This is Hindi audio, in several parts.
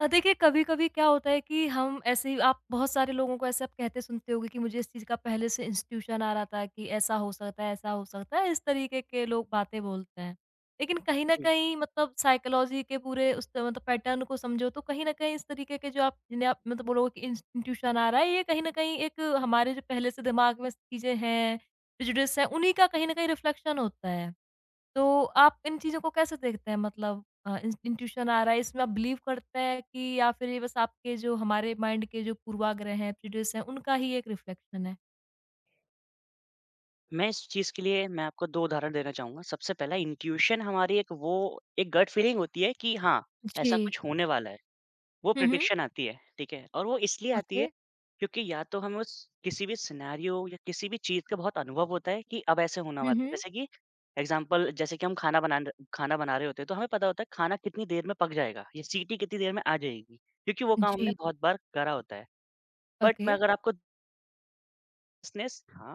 देखिए कभी-कभी क्या होता है कि हम ऐसे ही आप बहुत सारे लोगों को ऐसे आप कहते सुनते होंगे कि मुझे इस चीज़ का पहले से इंस्टीट्यूशन आ रहा था कि ऐसा हो सकता है, ऐसा हो सकता है, इस तरीके के लोग बातें बोलते हैं। लेकिन कहीं न जी, कहीं मतलब साइकोलॉजी के पूरे मतलब पैटर्न को समझो तो कहीं न कहीं इस तरीके के जो आप जिन्हें आप मतलब बोलोगे कि इंस्टीट्यूशन आ रहा है, ये कहीं न कहीं एक हमारे जो पहले से दिमाग में चीज़ें हैं, प्रेजुडिस है, उन्हीं का कहीं न कहीं रिफ्लेक्शन होता है। तो आप इन चीज़ों को कैसे देखते हैं? मतलब इन इंट्यूशन आ रहा है, इसमें आप बिलीव करते हैं कि या फिर ये बस आपके जो हमारे माइंड के जो पूर्वाग्रह हैं, प्रेjuडिce हैं, उनका ही एक रिफ्लेक्शन है? मैं इस चीज़ के लिए मैं आपको 2 उदाहरण देना चाहूँगा। सबसे पहला, इंट्यूशन हमारी एक गट फीलिंग होती है कि हाँ, ऐसा जी। कुछ होने वाला है। वो हुँ, हुँ। प्रेडिक्शन आती है, ठीक है? और वो इसलिए आती ओके। है क्योंकि या तो हमें उस किसी भी सिनेरियो या किसी भी चीज़ का बहुत अनुभव होता है कि अब ऐसे होने हुँ, वाला है। हुँ। जैसे कि एग्ज़ाम्पल, जैसे कि हम खाना बना रहे होते हैं, तो हमें पता होता है खाना कितनी देर में पक जाएगा या सीटी कितनी देर में आ जाएगी, क्योंकि वो काम हमने जी, बहुत बार करा होता है। But okay. मैं अगर आपको बायसनेस, हाँ,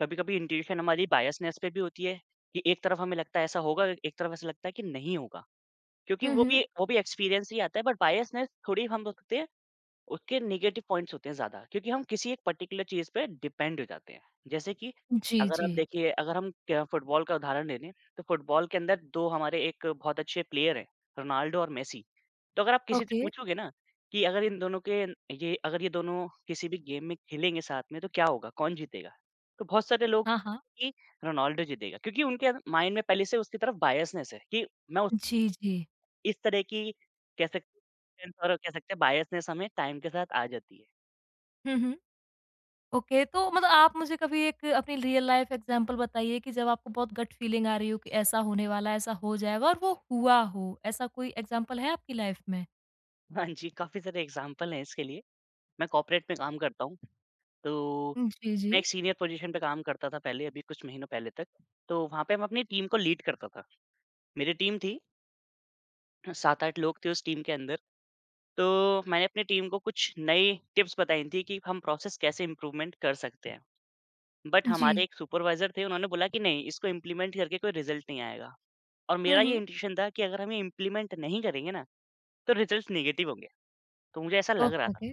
कभी-कभी इंट्यूशन हमारी बायसनेस पे भी होती है कि एक तरफ हमें लगता है ऐसा होगा, एक तरफ ऐसा लगता है कि नहीं होगा। क्योंकि हुँ, वो हुँ। भी वो भी एक्सपीरियंस ही आता है, बट बायसनेस थोड़ी हम बोल सकते हैं, उसके नेगेटिव पॉइंट्स होते हैं ज़्यादा, क्योंकि हम किसी एक पर्टिकुलर चीज़ पे डिपेंड हो जाते हैं। जैसे कि जी, अगर आप जी। देखिए, अगर हम क्या फुटबॉल का उदाहरण ले लें, तो फुटबॉल के अंदर 2 हमारे एक बहुत अच्छे प्लेयर हैं, रोनाल्डो और मेसी। तो अगर आप किसी से ओके। पूछोगे ना कि अगर इन दोनों के ये अगर ये दोनों किसी भी गेम में खेलेंगे साथ में तो क्या होगा? कौन जीतेगा? तो बहुत सारे लोग हाँ, हाँ। कि रोनाल्डो जीतेगा, क्योंकि उनके माइंड में पहले से उसकी तरफ बायसनेस है कि मैं उस जी, जी। इस तरह की कह सकते कह सकते हैं बायसनेस हमें टाइम के साथ आ जाती है। हुँ, हुँ। ओके, तो मतलब आप मुझे कभी एक अपनी रियल लाइफ़ एग्ज़ाम्पल बताइए कि जब आपको बहुत गट फीलिंग आ रही हो कि ऐसा होने वाला है, ऐसा हो जाएगा और वो हुआ हो। ऐसा कोई एग्ज़ाम्पल है आपकी लाइफ़ में? हाँ जी, काफ़ी सारे एग्ज़ाम्पल हैं इसके लिए। मैं कॉर्पोरेट में काम करता हूँ, तो जी, मैं जी। एक सीनियर पोज़ीशन पे काम करता था पहले, अभी कुछ महीनों पहले तक। तो वहाँ पे मैं अपनी टीम को लीड करता था। मेरी टीम थी, 7-8 लोग थे उस टीम के अंदर। तो मैंने अपनी टीम को कुछ नई टिप्स बताई थी कि हम प्रोसेस कैसे इम्प्रूवमेंट कर सकते हैं। बट जी। हमारे एक सुपरवाइज़र थे, उन्होंने बोला कि नहीं, इसको इम्प्लीमेंट करके कोई रिज़ल्ट नहीं आएगा। और हुँ, मेरा ये हुँ। इंटेंशन था कि अगर हम ये इम्प्लीमेंट नहीं करेंगे ना, तो रिजल्ट्स नेगेटिव होंगे। तो मुझे ऐसा लग रहा ओके, था ओके।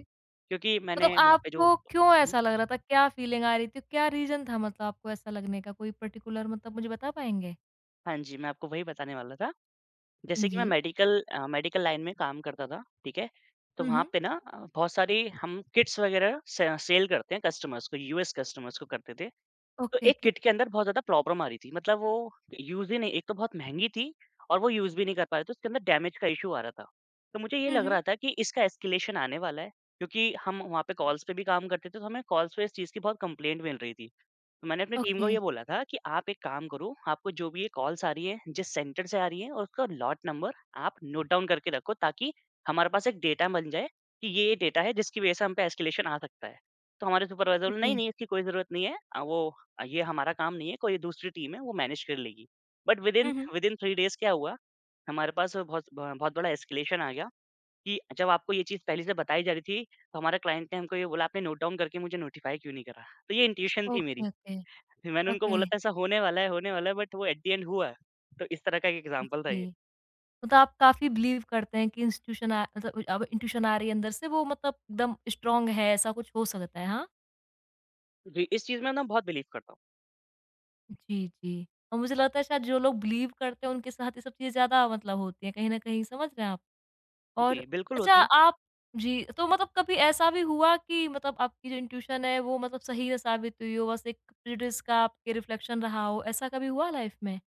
क्योंकि मतलब मैंने वहाँ पे जो आपको क्यों हुँ। ऐसा लग रहा था? क्या फीलिंग आ रही थी? क्या रीज़न था मतलब आपको ऐसा लगने का? कोई पर्टिकुलर मतलब मुझे बता पाएँगे? हाँ जी, मैं आपको वही बताने वाला था। जैसे कि मैं जी। मेडिकल, मेडिकल लाइन में काम करता था, ठीक है? तो हुँ, वहाँ हुँ। पे ना, बहुत सारी हम किट्स वग़ैरह से सेल करते हैं कस्टमर्स को, यूएस कस्टमर्स को करते थे। तो ओके, एक ओके। किट के अंदर बहुत ज़्यादा प्रॉब्लम आ रही थी। मतलब वो यूज़ ही नहीं, एक तो बहुत महँगी थी और वो यूज़ भी नहीं कर पा रहे थे। उसके अंदर डैमेज का इश्यू आ रहा था। तो मुझे ये हुँ, लग हुँ। रहा था कि इसका एस्केलेशन आने वाला है, क्योंकि हम वहाँ पे कॉल्स पे भी काम करते थे, तो हमें कॉल्स पे इस चीज़ की बहुत कंप्लेंट मिल रही थी। मैंने अपनी टीम को ओके, ये बोला था कि आप एक काम करो, आपको जो भी ये कॉल्स आ रही है, जिस सेंटर से आ रही है और उसका लॉट नंबर आप नोट डाउन करके रखो, ताकि हमारे पास एक डेटा बन जाए कि ये डेटा है जिसकी वज़ह से हम पे एस्केलेशन आ सकता है। तो हमारे सुपरवाइज़र बोले ओके। नहीं, नहीं इसकी कोई ज़रूरत नहीं है, ये हमारा काम नहीं है, कोई दूसरी टीम है वो मैनेज कर लेगी। बट विदिन हुँ, हुँ। विदिन 3 डेज़ क्या हुआ, हमारे पास बहुत बड़ा एस्केलेशन आ गया कि जब आपको ये चीज़ पहले से बताई जा रही थी, तो हमारे क्लाइंट ने हमको ये बोला, आपने नोट डाउन करके मुझे नोटिफ़ाई क्यों नहीं करा? तो ये इंट्यूशन थी मेरी। ओके, ओके, मैंने उनको ओके। बोला था ऐसा होने वाला है, होने वाला है, बट वो एट द एंड हुआ है। तो इस तरह का एक एग्ज़ाम्पल था ये। जी। मतलब आप काफ़ी बिलीव करते हैं कि इंस्टीट्यूशन मतलब अब इंट्यूशन आ रही है अंदर से वो मतलब एकदम स्ट्रॉन्ग है, ऐसा कुछ हो सकता है, हाँ? जी, इस चीज़ में ना बहुत बिलीव करता हूँ। जी, जी। और मुझे लगता है शायद जो लोग बिलीव करते हैं उनके साथ ये सब चीज़ें ज़्यादा मतलब होती हैं, कहीं न कहीं समझ रहे हैं आप? और जी, बिल्कुल अच्छा होती है। आप जी, तो मतलब कभी ऐसा भी हुआ कि मतलब आपकी जो इंट्यूशन है वो मतलब सही ना साबित हुई हो, बस एक प्रेजुडिस का आपके रिफ्लेक्शन रहा हो, ऐसा कभी हुआ लाइफ में?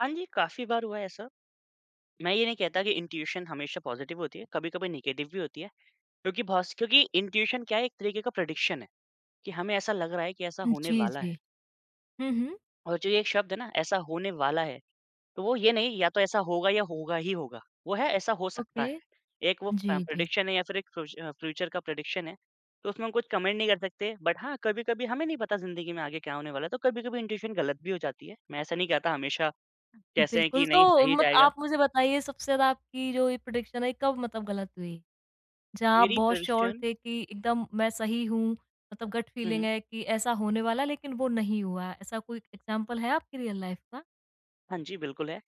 हाँ जी, काफ़ी बार हुआ है ऐसा। मैं ये नहीं कहता कि इंट्यूशन हमेशा पॉज़िटिव होती है, कभी-कभी नेगेटिव भी होती है। क्योंकि बहुत, क्योंकि इंट्यूशन क्या है, एक तरीके का प्रेडिक्शन है कि हमें ऐसा लग रहा है कि ऐसा होने जी, वाला है। जी। हुँ, हुँ। और जो ये एक शब्द है ना, ऐसा होने वाला है, तो वो ये नहीं या तो ऐसा होगा या होगा ही होगा, वो है ऐसा हो सकता ओके। है। एक वो, जी, जी। प्रेडिक्शन है, या फिर एक फ्यूचर का प्रेडिक्शन है, तो उसमें हम कुछ कमेंट नहीं कर सकते। बट हाँ, कभी-कभी हमें नहीं पता ज़िंदगी में आगे क्या होने वाला है, तो कभी-कभी इंट्यूशन गलत भी हो जाती है। मैं ऐसा नहीं कहता हमेशा कैसे हैं बिल्कुल, कि नहीं तो सही मत जाएगा। आप मुझे बताइए सबसे ज़्यादा आपकी जो ये प्रेडिक्शन है, कब मतलब गलत हुई? जहाँ आप मेरी बहुत श्योर प्रेडिक्शन। थे कि एकदम मैं सही हूँ, मतलब गट हुँ, फीलिंग हुँ। है कि ऐसा होने वाला है, लेकिन वो नहीं हुआ। ऐसा कोई एग्ज़ाम्पल है आपकी रियल लाइफ़ का? हाँ जी, बिल्कुल है।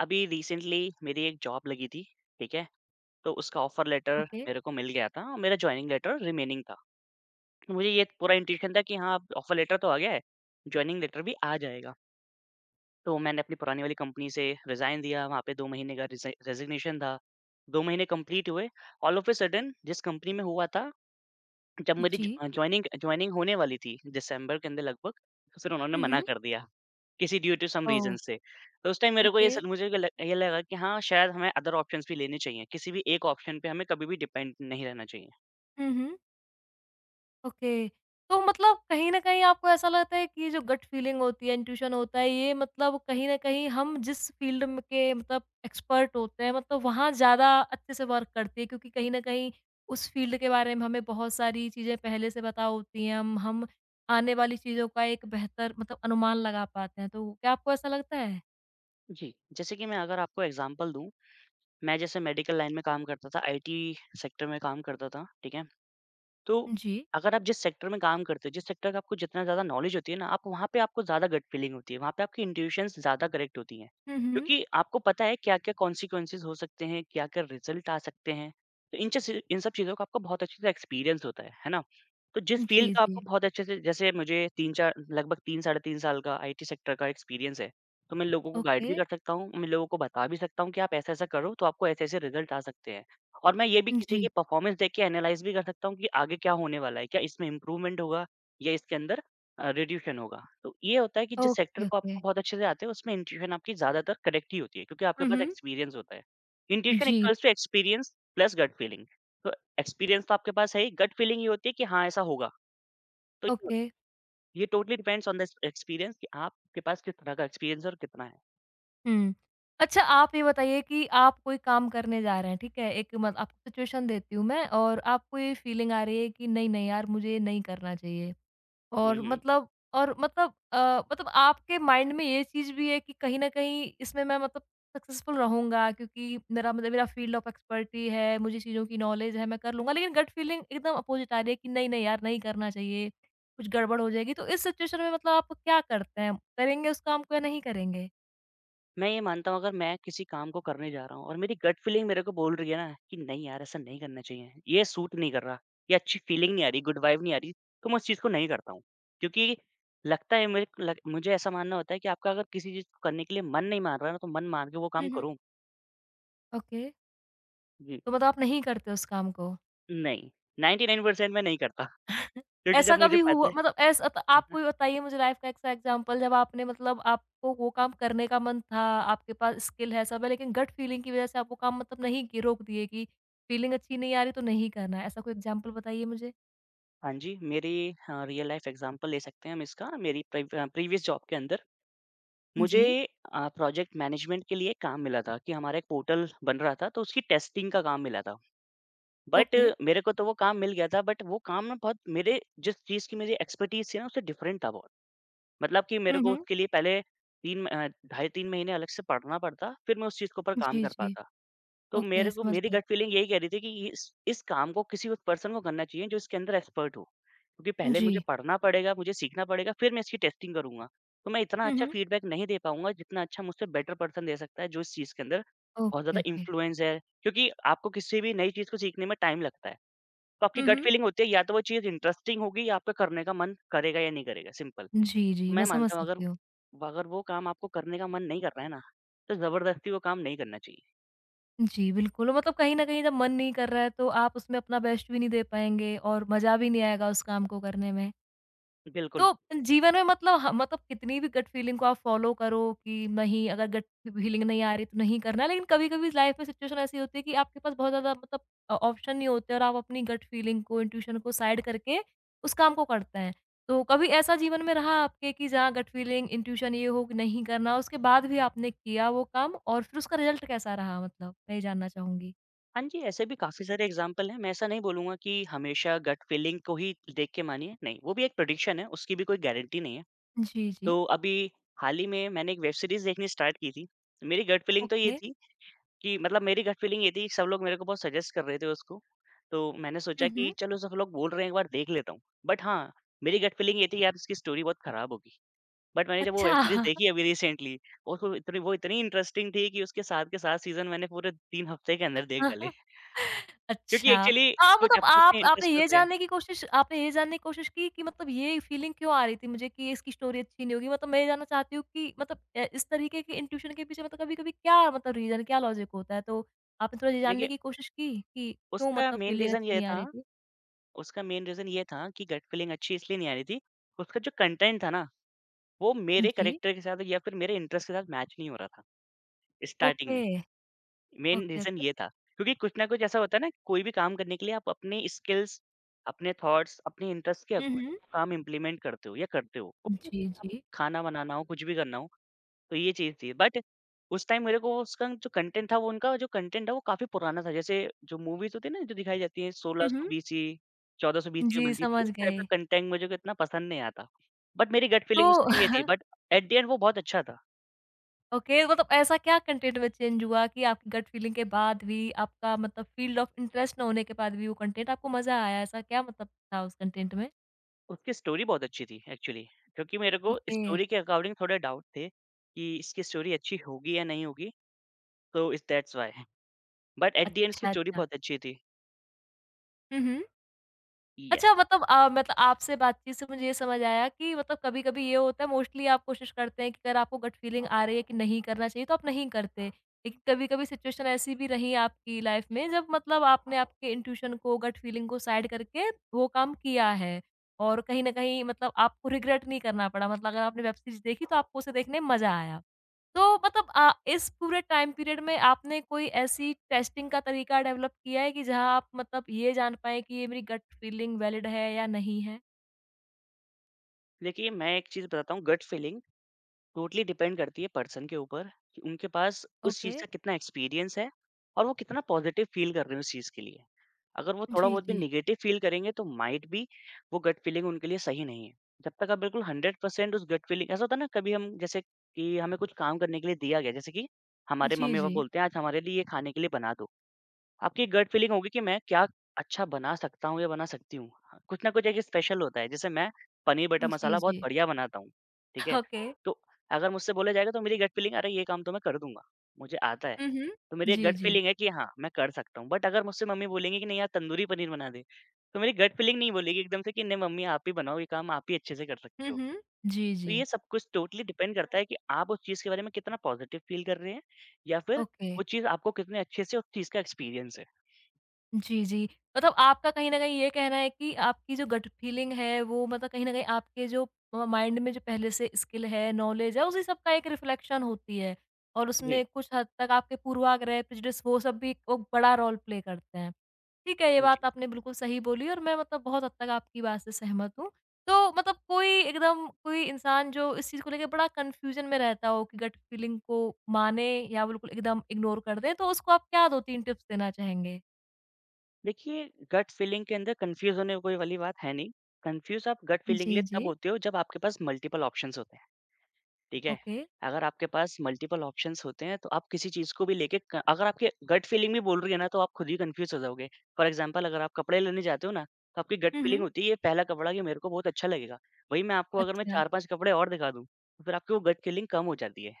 अभी रिसेंटली मेरी एक जॉब लगी थी, ठीक है? तो उसका ऑफर लेटर ओके। मेरे को मिल गया था और मेरा जॉइनिंग लेटर रिमेनिंग था। मुझे ये पूरा इंट्यूशन था कि हाँ, अब ऑफ़र लेटर तो आ गया है, जॉइनिंग लेटर भी आ जाएगा। तो मैंने अपनी पुरानी वाली कंपनी से रिज़ाइन दिया, वहाँ पे 2 महीने का रिज़ा रेज़िग्नेशन था। 2 महीने कंप्लीट हुए, ऑल ऑफ अ सडन जिस कंपनी में हुआ था, जब मेरी जी। ज जॉइनिंग जॉइनिंग होने वाली थी, दिसंबर के अंदर लगभग, तो फिर उन्होंने हुँ, मना हुँ। कर दिया, किसी due to some oh! Reason से। तो उस टाइम मेरे को ये ओके। स मुझे ये लगा कि हाँ, शायद हमें अदर ऑप्शंस भी लेने चाहिए, किसी भी एक ऑप्शन पे हमें कभी भी डिपेंड नहीं रहना चाहिए। हुँ, हुँ। ओके। तो मतलब कहीं न कहीं आपको ऐसा लगता है कि ये जो गट फीलिंग होती है, इंट्यूशन होता है, ये मतलब कहीं न कहीं हम जिस फील्ड में के मतलब एक्सपर्ट होते हैं, मतलब वहाँ ज़्यादा अच्छे से वर्क करती है क्योंकि कहीं न कहीं उस फील्ड के बारे में हमें बहुत सारी चीज़ें पहले से पता होती हैं। हम आने वाली चीज़ों का एक बेहतर मतलब अनुमान लगा पाते हैं। तो क्या आपको ऐसा लगता है? जी, जैसे कि मैं अगर आपको एग्ज़ाम्पल दूँ, मैं जैसे मेडिकल लाइन में काम करता था, आईटी सेक्टर में काम करता था, ठीक है? तो जी। अगर आप जिस सेक्टर में काम करते हो, जिस सेक्टर का आपको जितना ज़्यादा नॉलेज होती है ना, आप वहाँ पे आपको ज़्यादा गट फीलिंग होती है, वहाँ पे आपकी इंट्यूशंस ज़्यादा करेक्ट होती हैं। हुँ, हुँ। क्योंकि आपको पता है क्या-क्या कॉन्सिक्वेंसेज़ हो सकते हैं, क्या-क्या रिज़ल्ट आ सकते हैं। तो इन सब चीज़ों का आपको बहुत अच्छे से एक्सपीरियंस होता है ना? तो जिस फ़ील्ड जी, का आपको जी। बहुत अच्छे से, जैसे मुझे 3-4, लगभग 3, साढ़े 3 साल का आईटी सेक्टर का एक्सपीरियंस है। तो मैं लोगों को गाइड ओके। भी कर सकता हूँ, मैं लोगों को बता भी सकता हूँ कि आप ऐसा-ऐसा करो तो आपको ऐसे-ऐसे रिज़ल्ट आ सकते हैं। और मैं ये भी किसी जी। की परफ़ॉर्मेंस देख के एनालाइज़ भी कर सकता हूँ कि आगे क्या होने वाला है, क्या इसमें इम्प्रूवमेंट होगा या इसके अंदर रिड्यूशन होगा। तो ये होता है कि जिस सेक्टर ओके, को आपको ओके। बहुत अच्छे से आते हैं, उसमें इंट्यूशन आपकी ज़्यादातर करेक्ट ही होती है, क्योंकि आपके हुँ, पास हुँ। एक्सपीरियंस होता है। इंट्यूशन जी, equals to experience plus gut feeling. तो एक्सपीरियंस तो आपके पास है ही, गट फीलिंग ये होती है कि हाँ, ऐसा होगा। तो ये ओके। ये totally depends on the experience कि आपके पास किस तरह का एक्सपीरियंस है और कितना है। हुँ। अच्छा आप ये बताइए कि आप कोई काम करने जा रहे हैं, ठीक है? एक मत आपको सिचुएशन देती हूँ मैं और आपको ये फीलिंग आ रही है कि नहीं, नहीं यार मुझे ये नहीं करना चाहिए। हुँ, और हुँ। मतलब और मतलब मतलब आपके माइंड में ये चीज़ भी है कि कहीं न कहीं इसमें मैं मतलब सक्सेसफुल रहूँगा क्योंकि मेरा मतलब मेरा फ़ील्ड ऑफ एक्सपर्टी है, मुझे चीज़ों की नॉलेज है, मैं कर लूँगा। लेकिन गट फीलिंग एकदम अपोज़िट आ रही है कि नहीं, नहीं यार नहीं करना चाहिए, कुछ गड़बड़ हो जाएगी। तो इस सिचुएशन में मतलब आप क्या करते हैं? करेंगे उस काम को या नहीं करेंगे? मैं ये मानता हूँ, अगर मैं किसी काम को करने जा रहा हूँ और मेरी गट फीलिंग मेरे को बोल रही है ना कि नहीं यार, ऐसा नहीं करना चाहिए, ये सूट नहीं कर रहा, ये अच्छी फीलिंग नहीं आ रही, गुड वाइब नहीं आ रही, तो मैं उस चीज़ को नहीं करता हूँ। क्योंकि लगता है मेरे लग मुझे ऐसा मानना होता है कि आपका अगर किसी चीज़ को करने के लिए मन नहीं मान रहा ना तो मन मार के वो काम हुँ, हुँ। करूँ? ओके। जी, तो मतलब आप नहीं करते उस काम को। नहीं, 99% मैं नहीं करता, क्योंकि जब ऐसा मुझे कभी पता हुआ है। मतलब ऐसा त आप हाँ। कोई बताइए मुझे लाइफ़ का ऐसा एग्ज़ाम्पल जब आपने मतलब आपको वो काम करने का मन था, आपके पास स्किल है सब है लेकिन गट फीलिंग की वज़ह से आप वो काम मतलब नहीं किए रोक दिए कि फीलिंग अच्छी नहीं आ रही तो नहीं करना है। ऐसा कोई एग्ज़ाम्पल बताइए मुझे? हाँ जी, मेरी, रियल लाइफ एग्ज़ाम्पल ले सकते हैं हम इसका। मेरी प्रीवियस जॉब के अंदर मुझे, जी, प्रोजेक्ट मैनेजमेंट के लिए काम मिला था कि हमारा एक पोर्टल बन रहा था, तो उसकी टेस्टिंग का काम मिला था। But okay. मेरे को तो वो काम मिल गया था, बट वो काम ना, बहुत मेरे जिस चीज़ की मेरी एक्सपर्टीज़ थी ना उससे डिफरेंट था बहुत। मतलब कि मेरे हुँ, को हुँ। उसके लिए पहले 3, ढाई 3 महीने अलग से पढ़ना पड़ता, फिर मैं उस चीज़ के ऊपर काम जी, कर जी। पाता। तो मेरे ओके, को समझ मेरी गई। गट फीलिंग यही कह रही थी कि ये- इस काम को किसी उस पर्सन को करना चाहिए जो इसके अंदर एक्सपर्ट हो। क्योंकि पहले जी। मुझे पढ़ना पड़ेगा, मुझे सीखना पड़ेगा, फिर मैं इसकी टेस्टिंग करूँगा। तो मैं इतना हुँ, अच्छा हुँ। फीडबैक नहीं दे पाऊँगा जितना अच्छा मुझसे बेटर पर्सन दे सकता है जो इस चीज़ के अंदर बहुत ओके, ज़्यादा ओके। इन्फ्लुएंस है। क्योंकि आपको किसी भी नई चीज़ को सीखने में टाइम लगता है। तो आपकी हुँ, गट हुँ। फीलिंग होती है या तो वो चीज़ इंटरेस्टिंग होगी या आपका करने का मन करेगा या नहीं करेगा, सिंपल। जी, तो जी, मैं मैं समझ मानता हूँ, अगर सकती हूँ। अगर वो काम आपको करने का मन नहीं कर रहा है ना, तो ज़बरदस्ती वो काम नहीं करना चाहिए। जी, बिल्कुल, मतलब कहीं न कहीं जब मन नहीं कर रहा है तो आप उसमें अपना बेस्ट भी नहीं दे पाएँगे और मज़ा भी नहीं आएगा उस काम को करने में। बिल्कुल। तो जीवन में मतलब ह मतलब कितनी भी गट फीलिंग को आप फॉलो करो कि नहीं अगर गट फीलिंग नहीं आ रही तो नहीं करना, लेकिन कभी-कभी लाइफ में सिचुएशन ऐसी होती है कि आपके पास बहुत ज़्यादा मतलब ऑप्शन नहीं होते और आप अपनी गट फीलिंग को, इंट्यूशन को साइड करके उस काम को करते हैं। तो कभी ऐसा जीवन में रहा आपके कि जहाँ गट फीलिंग, इंट्यूशन ये हो कि नहीं करना, उसके बाद भी आपने किया वो काम और फिर उसका रिज़ल्ट कैसा रहा मतलब? मैं ये जानना चाहूँगी। हाँ जी, ऐसे भी काफ़ी सारे एग्ज़ाम्पल हैं। मैं ऐसा नहीं बोलूँगा कि हमेशा गट फीलिंग को ही देख के मानिए, नहीं, वो भी एक प्रेडिक्शन है, उसकी भी कोई गारंटी नहीं है। जी, जी। तो अभी हाल ही में मैंने एक वेब सीरीज़ देखनी स्टार्ट की थी। मेरी गट फीलिंग तो ये ओके। थी कि मतलब, मेरी गट फीलिंग ये थी कि सब लोग मेरे को बहुत सजेस्ट कर रहे थे उसको, तो मैंने सोचा हुँ, कि हुँ। चलो सब लोग बोल रहे हैं, एक बार देख लेता हूँ। बट हाँ, मेरी गट फीलिंग ये थी, यार, इसकी स्टोरी बहुत ख़राब होगी। बट मैंने जब वो वेब अच्छा। सीरीज़ देखी अभी रिसेंटली, उसको इतनी इंटरेस्टिंग थी कि उसके साथ के साथ सीज़न मैंने पूरे 3 हफ़्ते के अंदर देख डाले। क्योंकि अच्छा। एक्चुअली हाँ, कुछ मतलब अपने-अपने आप इंटरेस्ट होते हैं। आपने ये जानने की कोशिश की कि मतलब ये फीलिंग क्यों आ रही थी मुझे कि इसकी स्टोरी अच्छी नहीं होगी? मतलब मैं ये जानना चाहती हूँ कि मतलब इस तरीके के इंट्यूशन के पीछे मतलब कभी-कभी क्या मतलब रीज़न क्या लॉजिक होता है? तो आपने थोड़ा ये जानने देखिए, की कोशिश की कि क्यों उसका मतलब मेन फीलिंग रीज़न अच्छी ये नहीं आ था रही थी? उसका मेन रीज़न ये था कि गट फीलिंग अच्छी इसलिए नहीं आ रही थी, उसका जो कंटेंट था ना, वो मेरे जी। कैरेक्टर के साथ या फिर मेरे इंटरेस्ट के साथ मैच नहीं हो रहा था, स्टार्टिंग ओके। में। Main okay, reason okay. ये था, क्योंकि कुछ ना कुछ ऐसा होता है ना, कोई भी काम करने के लिए आप अपने स्किल्स, अपने थॉट्स, अपने इंटरेस्ट के हुँ, हुँ। अकॉर्डिंग काम इम्प्लीमेंट करते हो या करते हो। कुछ भी जी, आप, जी। खाना बनाना हो, कुछ भी करना हो, तो ये चीज़ थी। बट उस टाइम मेरे को उसका जो कंटेंट था, वो उनका जो कंटेंट है वो काफ़ी पुराना था। जैसे जो मूवीज़ होती है ना, जो दिखाई जाती है हुँ, 1600 हुँ। बीसी, 1400 बीसी में जी, बनती थी। समझ उस टाइप का गए। कंटेंट मुझे इतना पसंद नहीं आता। बट मेरी गट तो फीलिंग उस टाइम ये थी, बट एट द एंड वो बहुत अच्छा था। ओके मतलब ऐसा क्या कंटेंट में चेंज हुआ कि आपकी गट फीलिंग के बाद भी आपका मतलब फ़ील्ड ऑफ इंटरेस्ट ना होने के बाद भी वो कंटेंट आपको मज़ा आया? ऐसा क्या मतलब था उस कंटेंट में? उसकी स्टोरी बहुत अच्छी थी एक्चुअली। क्योंकि मेरे को ओके। स्टोरी के अकॉर्डिंग थोड़े डाउट थे कि इसकी स्टोरी अच्छी होगी या नहीं होगी। तो इस that's why, but at the end उसकी अच्छा, स्टोरी अच्छा। बहुत अच्छी थी। हुँ, हुँ। अच्छा येस। मतलब मतलब आपसे बातचीत से मुझे ये समझ आया कि मतलब कभी-कभी ये होता है मोस्टली आप कोशिश करते हैं कि अगर आपको गट फीलिंग आ रही है कि नहीं करना चाहिए तो आप नहीं करते। लेकिन कभी-कभी सिचुएशन ऐसी भी रही आपकी लाइफ में जब मतलब आपने आपके इंट्यूशन को गट फीलिंग को साइड करके वो काम किया है। और कहीं न कहीं मतलब आपको रिग्रेट नहीं करना पड़ा मतलब अगर आपने वेब सीरीज़ देखी तो आपको उसे देखने में मज़ा आया। तो मतलब इस पूरे टाइम पीरियड में आपने कोई ऐसी टेस्टिंग का तरीका डेवलप किया है कि जहाँ आप मतलब ये जान पाएँ कि ये मेरी गट फीलिंग वैलिड है या नहीं है? देखिए, मैं एक चीज़ बताता हूँ। गट फीलिंग टोटली डिपेंड करती है पर्सन के ऊपर कि उनके पास उस ओके। चीज़ का कितना एक्सपीरियंस है और वो कितना पॉजिटिव फील कर रहे हैं उस चीज़ के लिए। अगर वो थोड़ा जी, बहुत भी जी। नेगेटिव फील करेंगे तो माइट बी वो गट फीलिंग उनके लिए सही नहीं है। जब तक आप बिल्कुल 100% उस गट फीलिंग, ऐसा होता है ना, कभी हम, जैसे कि हमें कुछ काम करने के लिए दिया गया, जैसे कि हमारे जी, मम्मी-पापा जी। बोलते हैं आज हमारे लिए ये खाने के लिए बना दो। आपकी गट फीलिंग होगी कि मैं क्या अच्छा बना सकता हूँ या बना सकती हूँ। हाँ, कुछ ना कुछ एक स्पेशल होता है, जैसे मैं पनीर बटर जी, मसाला बहुत जी। बढ़िया बनाता हूँ, ठीक है? ओके। तो अगर मुझसे बोला जाएगा, तो मेरी गट फीलिंग, अरे ये काम तो मैं कर दूँगा, मुझे आता है। हुँ, हुँ। तो मेरी एक जी, गट जी। फीलिंग है कि हाँ, मैं कर सकता हूँ। बट अगर मुझसे मम्मी बोलेंगी कि नहीं यार तंदूरी पनीर बना दे, तो मेरी गट फीलिंग नहीं बोलेगी एकदम से कि नहीं मम्मी, आप ही बनाओ ये काम, आप ही अच्छे से कर हुँ, सकते हो। हुँ। जी, तो जी। ये सब कुछ टोटली डिपेंड करता है कि आप उस चीज़ के बारे में कितना पॉजिटिव फील कर रहे हैं, या फिर ओके। वो चीज़, आपको कितने अच्छे से उस चीज़ का एक्सपीरियंस है। जी, जी। मतलब आपका कहीं न कहीं ये कहना है कि आपकी जो गट फीलिंग है वो मतलब कहीं न कहीं आपके जो माइंड में जो पहले से स्किल है, नॉलेज है, उसी सब का एक रिफ्लेक्शन होती है और जी, उसमें कुछ हद तक आपके पूर्वाग्रह, प्रेजुडिस वो सब भी एक बड़ा रोल प्ले करते हैं। ठीक है, ये हाँ जी। बात आपने बिल्कुल सही बोली और मैं मतलब बहुत हद तक आपकी बात से सहमत हूँ। तो मतलब कोई एकदम कोई इंसान जो इस चीज़ को लेके बड़ा कन्फ्यूज़न में रहता हो कि गट फीलिंग को माने या बिल्कुल एकदम इग्नोर कर दें, तो उसको आप क्या 2-3 टिप्स देना चाहेंगे? देखिए, गट फीलिंग के अंदर कन्फ्यूज़ होने कोई वाली बात है नहीं। कन्फ्यूज़ आप गट फीलिंग के लिए जी, तब जी। होते हो जब आपके पास मल्टिपल ऑप्शंस होते हैं, ठीक है? ओके। अगर आपके पास मल्टिपल ऑप्शंस होते हैं तो आप किसी चीज़ को भी लेके क अगर आपके गट फीलिंग भी बोल रही है ना, तो आप खुद ही कन्फ्यूज़ हो जाओगे। फॉर एग्ज़ाम्पल, अगर आप कपड़े लेने जाते हो ना, तो आपकी गट हुँ, फीलिंग हुँ। होती है ये पहला कपड़ा, ये मेरे को बहुत अच्छा लगेगा। वहीं मैं आपको, अगर मैं अच्छा। 4-5 कपड़े और दिखा दूँ, तो फिर आपकी वो गट फीलिंग कम हो जाती है।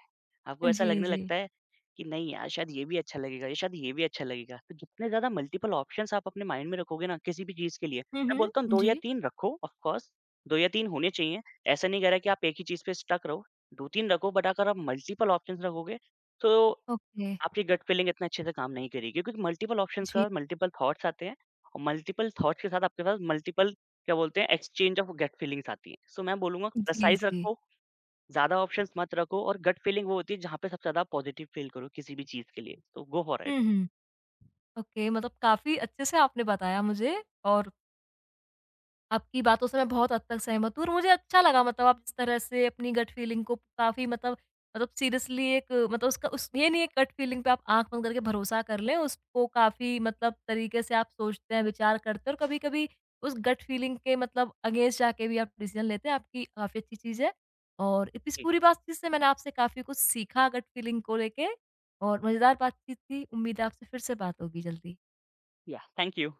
आपको ऐसा जी, लगने जी। लगता है कि नहीं यार शायद ये भी अच्छा लगेगा, या शायद ये भी अच्छा लगेगा। तो जितने ज़्यादा मल्टीपल ऑप्शंस आप अपने माइंड में रखोगे ना किसी भी चीज़ के लिए, हुँ, मैं हुँ। बोलता हूँ 2 या जी। 3 रखो, ऑफ कोर्स 2 या 3 होने चाहिए। ऐसा नहीं कह रहा कि आप एक ही चीज़ पे स्टक रहो, 2-3 रखो, बट अगर आप मल्टीपल ऑप्शंस रखोगे, तो ओके। आपकी गट फीलिंग इतना अच्छे से काम नहीं करेगी, क्योंकि मल्टीपल ऑप्शंस के जी। साथ मल्टीपल थॉट्स आते हैं, और मल्टीपल थॉट्स के साथ आपके पास मल्टीपल, क्या बोलते हैं, एक्सचेंज ऑफ गट फीलिंग्स आती हैं। सो मैं बोलूँगा जी, प्रिसाइज़ जी। रखो, ज़्यादा ऑप्शंस मत रखो, और गट फीलिंग वो होती है जहाँ पे सबसे ज़्यादा पॉजिटिव फील करो किसी भी चीज़ के लिए। तो गो फॉर हुँ, इट। हुँ। ओके मतलब काफ़ी अच्छे से आपने बताया मुझे और आपकी बातों से मैं बहुत हद तक सहमत हूँ और मुझे अच्छा लगा मतलब आप जिस तरह से अपनी गट फ़ीलिंग को काफ़ी मतलब मतलब सीरियसली एक मतलब उसका उस ये नहीं है गट फ़ीलिंग पे आप आँख बंद करके भरोसा कर लें, उसको काफ़ी मतलब तरीके से आप सोचते हैं, विचार करते हैं और कभी-कभी उस गट फ़ीलिंग के मतलब अगेंस्ट जाके भी आप डिसीज़न लेते हैं, आपकी काफ़ी अच्छी चीज़ है। और इस जी, पूरी बातचीत से मैंने आपसे काफ़ी कुछ सीखा गट फ़ीलिंग को लेके और मज़ेदार बातचीत थी। उम्मीद है आपसे फिर से बात होगी जल्दी। या थैंक यू।